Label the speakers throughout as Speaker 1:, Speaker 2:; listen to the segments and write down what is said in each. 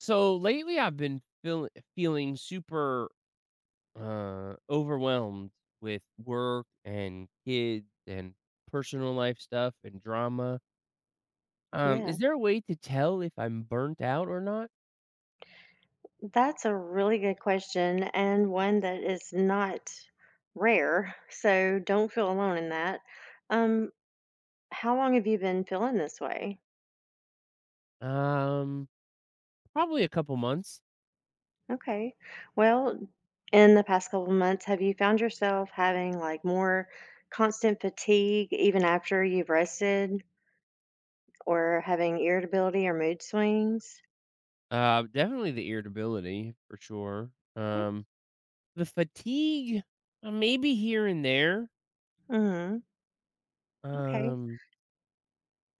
Speaker 1: So lately, feeling super overwhelmed with work and kids and personal life stuff and drama.
Speaker 2: Yeah,
Speaker 1: Is there a way to tell if I'm burnt out or not?
Speaker 2: that's a really good question and one that is not rare. So don't feel alone in that. Um, how long have you been feeling this way?
Speaker 1: Um, Probably a couple months.
Speaker 2: Okay. Well, in the past couple of months, have you found yourself having like more constant fatigue even after you've rested or having irritability or mood swings?
Speaker 1: Definitely the irritability for sure. Um, the fatigue, maybe here and there.
Speaker 2: Mm-hmm. Okay.
Speaker 1: Um,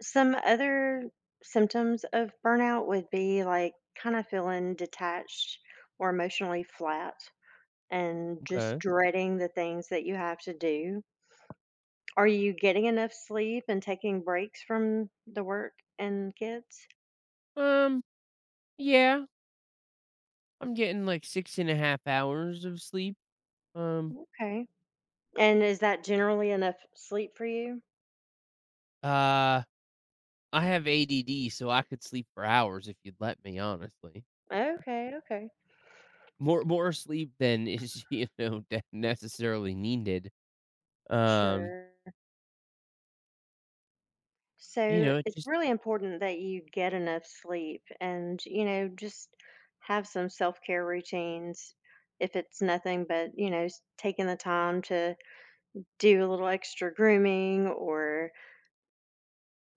Speaker 2: Some other symptoms of burnout would be like kind of feeling detached or emotionally flat and just
Speaker 1: okay.
Speaker 2: dreading the things that you have to do. Are you getting enough sleep and taking breaks from the work and kids?
Speaker 1: Um, yeah, I'm getting like 6.5 hours of sleep. Um,
Speaker 2: Okay. And is that generally enough sleep for you?
Speaker 1: Uh, I have ADD, so I could sleep for hours if you'd let me, honestly.
Speaker 2: Okay, okay.
Speaker 1: More sleep than is, you know, de necessarily needed. Um,
Speaker 2: Sure.
Speaker 1: you
Speaker 2: So
Speaker 1: know, it
Speaker 2: it's
Speaker 1: just
Speaker 2: really important that you get enough sleep and, you know, just have some self care routines. If it's nothing but, you know, taking the time to do a little extra grooming or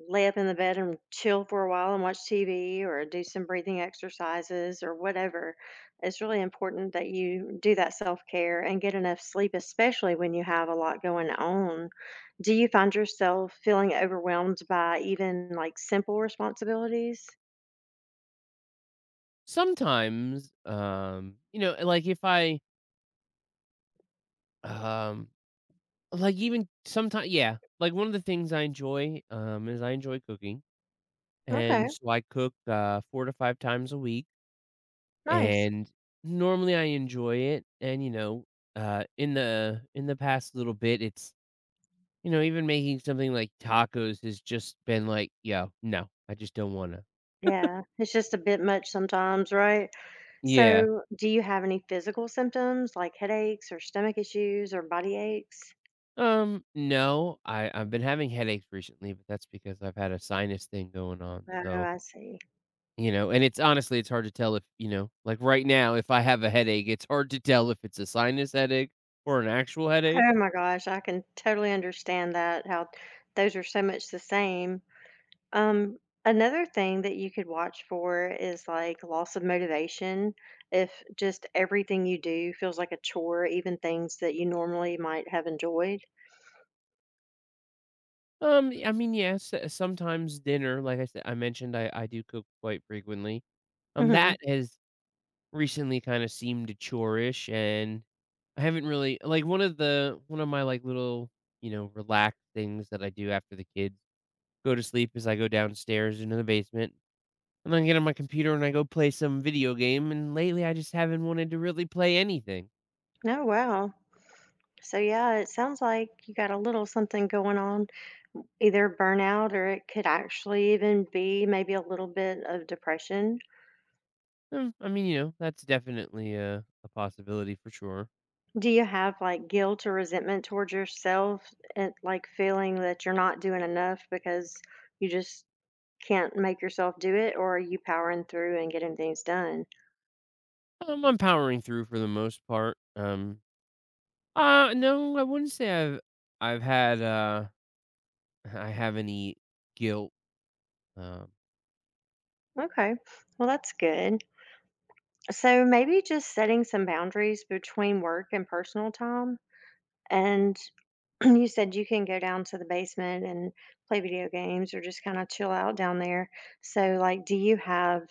Speaker 2: lay up in the bed and chill for a while and watch TV or do some breathing exercises or whatever. It's really important that you do that self care and get enough sleep, especially when you have a lot going on. Do you find yourself feeling overwhelmed by even like simple responsibilities?
Speaker 1: sometimes, you know, like, if I, um like, even sometimes, yeah, like, one of the things I enjoy, is I enjoy cooking, and
Speaker 2: Okay,
Speaker 1: so I cook, 4 to 5 times a week,
Speaker 2: nice.
Speaker 1: and normally I enjoy it, and, you know, in the past little bit, it's you know, even making something like tacos has just been like, "Yo, no, I just don't wanna."
Speaker 2: Yeah, it's just a bit much sometimes, right?
Speaker 1: Yeah.
Speaker 2: So, do you have any physical symptoms like headaches or stomach issues or body aches?
Speaker 1: No, I've been having headaches recently, but that's because I've had a sinus thing going on,
Speaker 2: Oh,
Speaker 1: so,
Speaker 2: I see.
Speaker 1: you know. And it's honestly, it's hard to tell if, you know, like right now, if I have a headache, it's hard to tell if it's a sinus headache or an actual headache.
Speaker 2: Oh my gosh, I can totally understand that, how those are so much the same. Um, Another thing that you could watch for is like loss of motivation. If just everything you do feels like a chore, even things that you normally might have enjoyed.
Speaker 1: I mean, yes, sometimes dinner, like I said, I mentioned I do cook quite frequently.
Speaker 2: Hmm.
Speaker 1: That has recently kind of seemed chore-ish, and I haven't really like one of my like little, you know, relaxed things that I do after the kids go to sleep is I go downstairs into the basement and then I get on my computer and I go play some video game, and lately I just haven't wanted to really play anything.
Speaker 2: Oh, wow. So, yeah, it sounds like you got a little something going on, either burnout or it could actually even be maybe a little bit of depression.
Speaker 1: I mean, you know, that's definitely a possibility for sure.
Speaker 2: Do you have, like, guilt or resentment towards yourself and, like, feeling that you're not doing enough because you just can't make yourself do it, or are you powering through and getting things done?
Speaker 1: I'm powering through for the most part. No, I wouldn't say I've had I have any guilt. Um,
Speaker 2: Okay. Well, that's good. So maybe just setting some boundaries between work and personal time and you said you can go down to the basement and play video games or just kind of chill out down there. So, like, do you have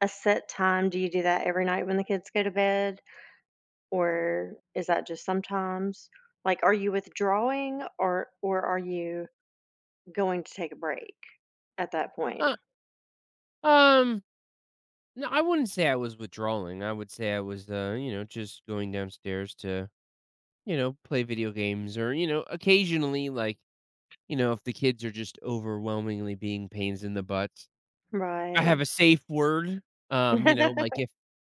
Speaker 2: a set time? Do you do that every night when the kids go to bed, or is that just sometimes? Like, are you withdrawing, or are you going to take a break at that point?
Speaker 1: uh, Um, no, I wouldn't say I was withdrawing. I would say I was, you know, just going downstairs to, you know, play video games or, you know, occasionally, like, you know, if the kids are just overwhelmingly being pains in the butt, I
Speaker 2: Right.
Speaker 1: have a safe word. You know, like if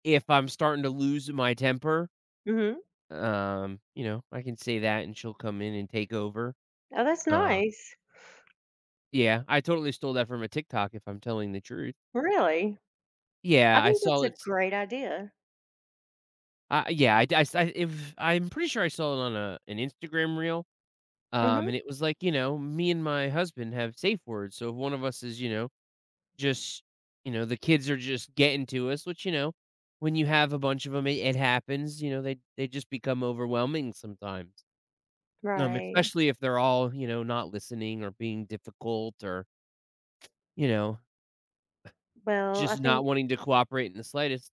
Speaker 1: if I'm starting to lose my temper,
Speaker 2: Mhm.
Speaker 1: you know, I can say that and she'll come in and take over.
Speaker 2: Oh, that's
Speaker 1: Um,
Speaker 2: nice.
Speaker 1: yeah, I totally stole that from a TikTok if I'm telling the truth.
Speaker 2: Really, I
Speaker 1: Yeah, I
Speaker 2: think that's
Speaker 1: saw
Speaker 2: a
Speaker 1: it.
Speaker 2: great idea.
Speaker 1: Yeah, I if I'm pretty sure I saw it on a an Instagram reel,
Speaker 2: Mhm.
Speaker 1: and it was like, you know, me and my husband have safe words, so if one of us is, you know, just, you know, the kids are just getting to us, which, you know, when you have a bunch of them, it happens. You know they just become overwhelming sometimes,
Speaker 2: Right.
Speaker 1: especially if they're all, you know, not listening or being difficult or, you know,
Speaker 2: Well, I
Speaker 1: just not
Speaker 2: think
Speaker 1: wanting to cooperate in the slightest.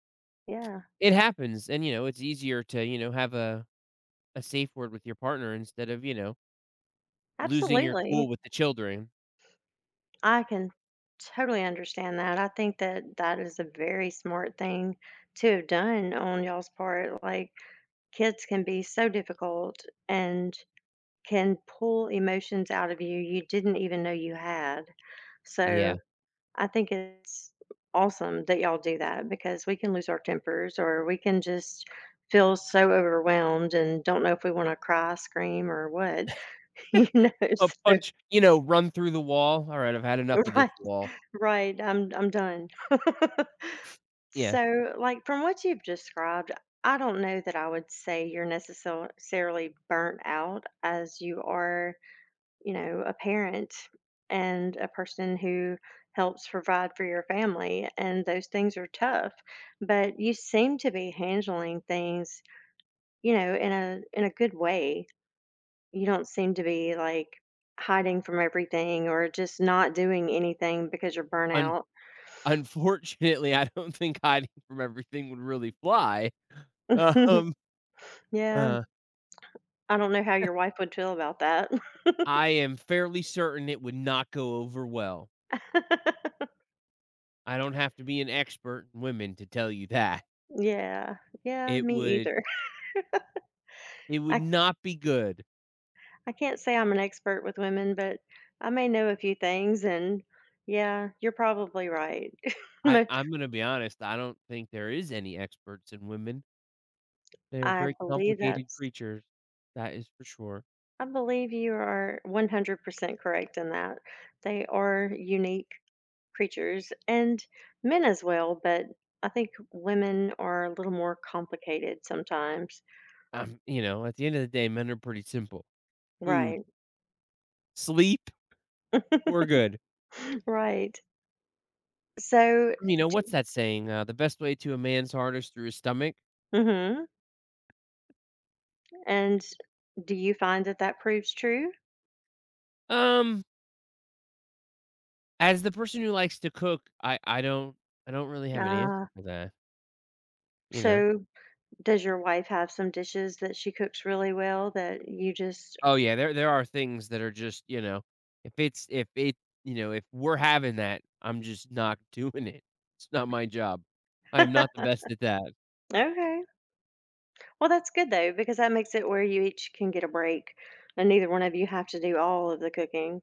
Speaker 2: yeah,
Speaker 1: It happens, and you know it's easier to, you know, have a safe word with your partner instead of, you know, losing your cool
Speaker 2: absolutely.
Speaker 1: with the children.
Speaker 2: I can totally understand that. I think that that is a very smart thing to have done on y'all's part. Like, kids can be so difficult and can pull emotions out of you you didn't even know you had.
Speaker 1: Yeah.
Speaker 2: So I think it's awesome that y'all do that because we can lose our tempers or we can just feel so overwhelmed and don't know if we want to cry, scream, or what. You know,
Speaker 1: A
Speaker 2: so
Speaker 1: punch, you know, run through the wall. "All right, I've had enough of this
Speaker 2: right,
Speaker 1: wall."
Speaker 2: right. I'm done.
Speaker 1: Yeah.
Speaker 2: So, like from what you've described, I don't know that I would say you're necessarily burnt out as you are, you know, a parent and a person who helps provide for your family. And those things are tough, but you seem to be handling things, you know, in a good way. You don't seem to be like hiding from everything or just not doing anything because you're burnt
Speaker 1: Un
Speaker 2: out.
Speaker 1: Unfortunately, I don't think hiding from everything would really fly. Um,
Speaker 2: Yeah.
Speaker 1: uh,
Speaker 2: I don't know how your wife would feel about that.
Speaker 1: I am fairly certain it would not go over well. I don't have to be an expert in women to tell you that.
Speaker 2: Yeah. Yeah,
Speaker 1: It
Speaker 2: me
Speaker 1: would
Speaker 2: either.
Speaker 1: it would
Speaker 2: I
Speaker 1: not be good.
Speaker 2: I can't say I'm an expert with women, but I may know a few things and yeah, you're probably right.
Speaker 1: I
Speaker 2: Mo
Speaker 1: I'm gonna be honest, I don't think there is any experts in women. They're
Speaker 2: I
Speaker 1: very
Speaker 2: believe
Speaker 1: complicated
Speaker 2: that's
Speaker 1: creatures. That is for sure.
Speaker 2: I believe you are 100% correct in that. They are unique creatures and men as well, but I think women are a little more complicated sometimes.
Speaker 1: You know, at the end of the day, men are pretty simple. Food,
Speaker 2: Right.
Speaker 1: sleep, we're good.
Speaker 2: Right. So
Speaker 1: You know, what's that saying? The best way to a man's heart is through his stomach.
Speaker 2: mhm, and do you find that that proves true?
Speaker 1: Um, as the person who likes to cook, I don't really have an answer
Speaker 2: Ah,
Speaker 1: for that, you know.
Speaker 2: so does your wife have some dishes that she cooks really well that you just
Speaker 1: Oh yeah, there are things that are just, you know, if it's if it, you know, if we're having that, I'm just not doing it. It's not my job. I am not the best at that.
Speaker 2: okay. Well, that's good though, because that makes it where you each can get a break, and neither one of you have to do all of the cooking.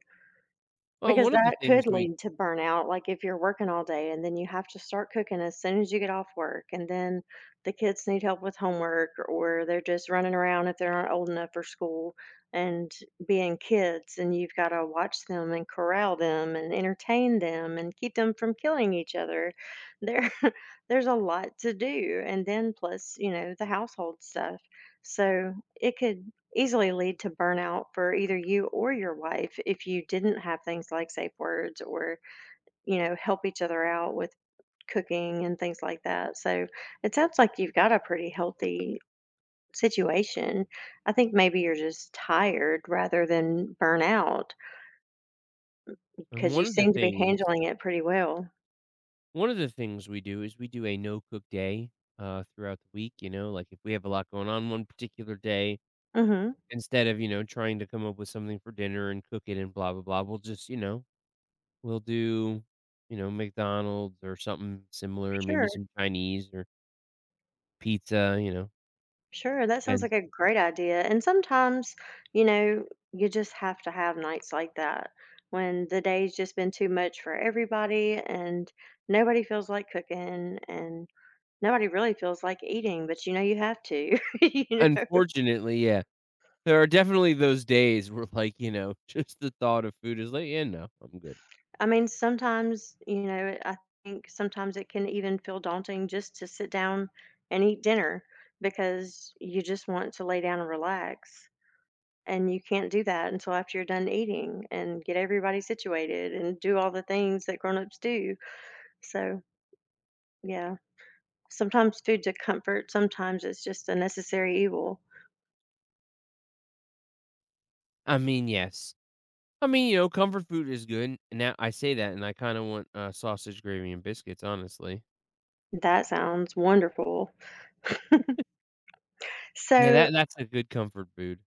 Speaker 1: Well,
Speaker 2: Because
Speaker 1: one of the
Speaker 2: that
Speaker 1: things
Speaker 2: could
Speaker 1: we
Speaker 2: lead to burnout, like, if you're working all day and then you have to start cooking as soon as you get off work, and then the kids need help with homework or they're just running around if they're not old enough for school and being kids, and you've gotta watch them and corral them and entertain them and keep them from killing each other. There there's a lot to do, and then plus, you know, the household stuff. So, it could easily lead to burnout for either you or your wife if you didn't have things like safe words or, you know, help each other out with cooking and things like that. So it sounds like you've got a pretty healthy situation. I think maybe you're just tired rather than burnout
Speaker 1: and
Speaker 2: because you
Speaker 1: one of the
Speaker 2: seem to be
Speaker 1: things
Speaker 2: handling it pretty well.
Speaker 1: One of the things we do is we do a no cook day, throughout the week, you know, like, if we have a lot going on one particular day,
Speaker 2: Mm-hmm.
Speaker 1: instead of, you know, trying to come up with something for dinner and cook it and blah, blah, blah, we'll just, you know, we'll do, you know, McDonald's or something similar,
Speaker 2: Sure.
Speaker 1: maybe some Chinese or pizza, you know.
Speaker 2: Sure, that sounds
Speaker 1: And
Speaker 2: like a great idea. And sometimes, you know, you just have to have nights like that when the day's just been too much for everybody and nobody feels like cooking and nobody really feels like eating, but you know, you have to, you know.
Speaker 1: unfortunately, yeah, there are definitely those days where, like, you know, just the thought of food is like, "Yeah, no, I'm good."
Speaker 2: I mean, sometimes, you know, I think sometimes it can even feel daunting just to sit down and eat dinner because you just want to lay down and relax. And you can't do that until after you're done eating and get everybody situated and do all the things that grown-ups do. So, yeah, sometimes food's a comfort, sometimes it's just a necessary evil.
Speaker 1: I mean, yes. I mean, you know, comfort food is good. And now I say that, and I kinda want, sausage, gravy, and biscuits, honestly.
Speaker 2: That sounds wonderful.
Speaker 1: Yeah,
Speaker 2: So,
Speaker 1: that's a good comfort food.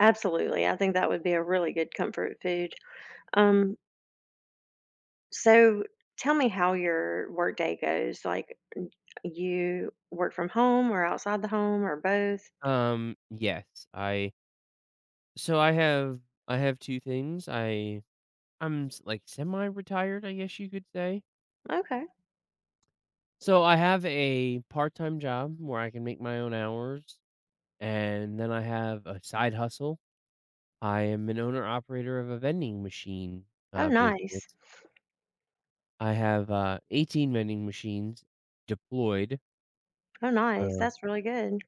Speaker 2: absolutely, I think that would be a really good comfort food. Um, so tell me how your workday goes, like, n you work from home or outside the home or both?
Speaker 1: Yes, I have 2 things. I I'm s Like, semi-retired, I guess you could say.
Speaker 2: Okay.
Speaker 1: So I have a part-time job where I can make my own hours, and then I have a side hustle. I am an owner-operator of a vending machine,
Speaker 2: Oh,
Speaker 1: business.
Speaker 2: nice.
Speaker 1: I have, 18 vending machines deployed.
Speaker 2: Oh, nice.
Speaker 1: Uh,
Speaker 2: That's really good.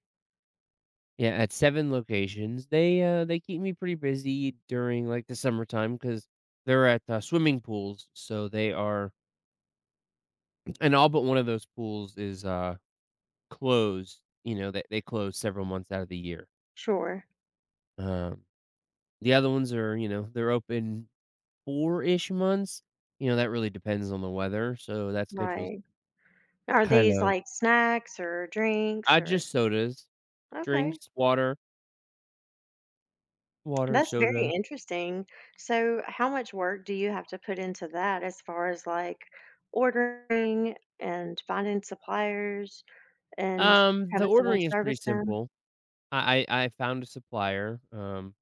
Speaker 1: yeah, at 7 locations. They, they keep me pretty busy during, like, the summertime because 'cause they're at, swimming pools, so they are, and all but one of those pools is, closed. You know, they close several months out of the year.
Speaker 2: Sure.
Speaker 1: Um, the other ones are, you know, they're open 4-ish months, you know. That really depends on the weather, so that schedule's
Speaker 2: Right. Are
Speaker 1: kind
Speaker 2: these
Speaker 1: of,
Speaker 2: like snacks or drinks
Speaker 1: I
Speaker 2: or
Speaker 1: just sodas,
Speaker 2: okay.
Speaker 1: drinks, water, water,
Speaker 2: That's very
Speaker 1: soda.
Speaker 2: interesting. So how much work do you have to put into that as far as like ordering and finding suppliers and
Speaker 1: The
Speaker 2: having someone
Speaker 1: ordering is pretty
Speaker 2: service them?
Speaker 1: simple. I found a supplier.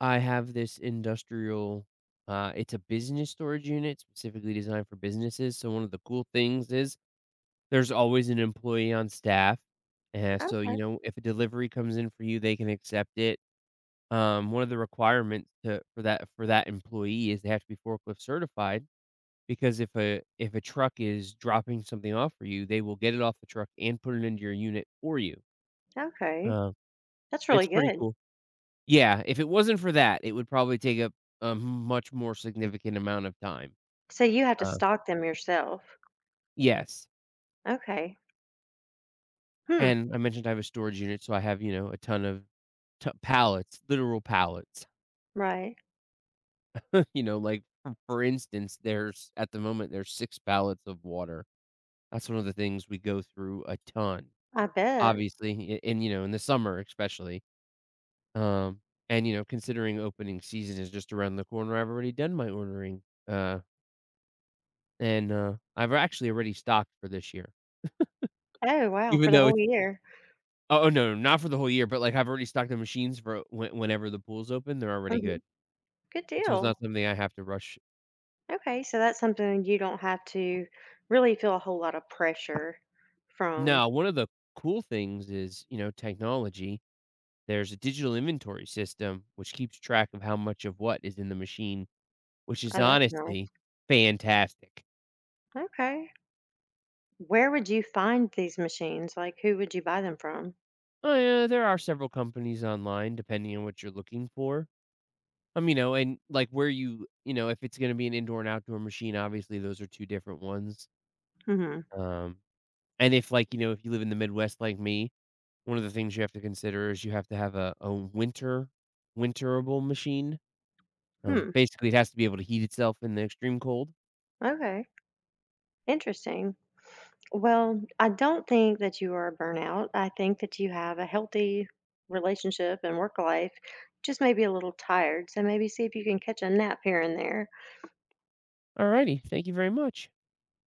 Speaker 1: I have this industrial. It's a business storage unit specifically designed for businesses. So one of the cool things is there's always an employee on staff, and so you
Speaker 2: Okay.
Speaker 1: know if a delivery comes in for you, they can accept it. One of the requirements to for that employee is they have to be forklift certified, because if a truck is dropping something off for you, they will get it off the truck and put it into your unit for you.
Speaker 2: Okay.
Speaker 1: Uh,
Speaker 2: That's really
Speaker 1: it's pretty
Speaker 2: good.
Speaker 1: cool. Yeah, if it wasn't for that, it would probably take up a much more significant amount of time.
Speaker 2: So you have to
Speaker 1: Uh,
Speaker 2: stock them yourself.
Speaker 1: yes,
Speaker 2: Okay. Hmm.
Speaker 1: and I mentioned I have a storage unit, so I have, you know, a ton of t pallets, literal pallets,
Speaker 2: Right.
Speaker 1: you know, like, for instance, there's at the moment, there's 6 pallets of water. That's one of the things we go through a ton,
Speaker 2: I bet.
Speaker 1: obviously, a and, you know, in the summer especially, um, and, you know, considering opening season is just around the corner, I've already done my ordering, I've actually already stocked for this year.
Speaker 2: Oh wow, for
Speaker 1: Even
Speaker 2: the
Speaker 1: though
Speaker 2: whole
Speaker 1: it's
Speaker 2: year.
Speaker 1: oh, oh, no, not for the whole year, but, like, I've already stocked the machines for when whenever the pool's open, they're already good.
Speaker 2: Hmm. Good
Speaker 1: So it's
Speaker 2: deal.
Speaker 1: not something I have to rush.
Speaker 2: Okay, so that's something you don't have to really feel a whole lot of pressure from.
Speaker 1: Now, one of the cool things is, you know, technology. There's a digital inventory system which keeps track of how much of what is in the machine, which is
Speaker 2: Oh, that's
Speaker 1: honestly
Speaker 2: nice.
Speaker 1: fantastic.
Speaker 2: Okay. Where would you find these machines? Like, who would you buy them from?
Speaker 1: Oh, yeah, there are several companies online depending on what you're looking for. You know, and, like, where you know, if it's gonna be an indoor and outdoor machine, obviously, those are 2 different ones.
Speaker 2: Hmm.
Speaker 1: Um And if, like, you know, if you live in the Midwest like me, one of the things you have to consider is you have to have a winter winterable machine.
Speaker 2: Hmm.
Speaker 1: Basically, it has to be able to heat itself in the extreme cold.
Speaker 2: Okay. Interesting. Well, I don't think that you are burnout. I think that you have a healthy relationship and work life, just maybe a little tired. So maybe see if you can catch a nap here and there.
Speaker 1: Alrighty, thank you very much.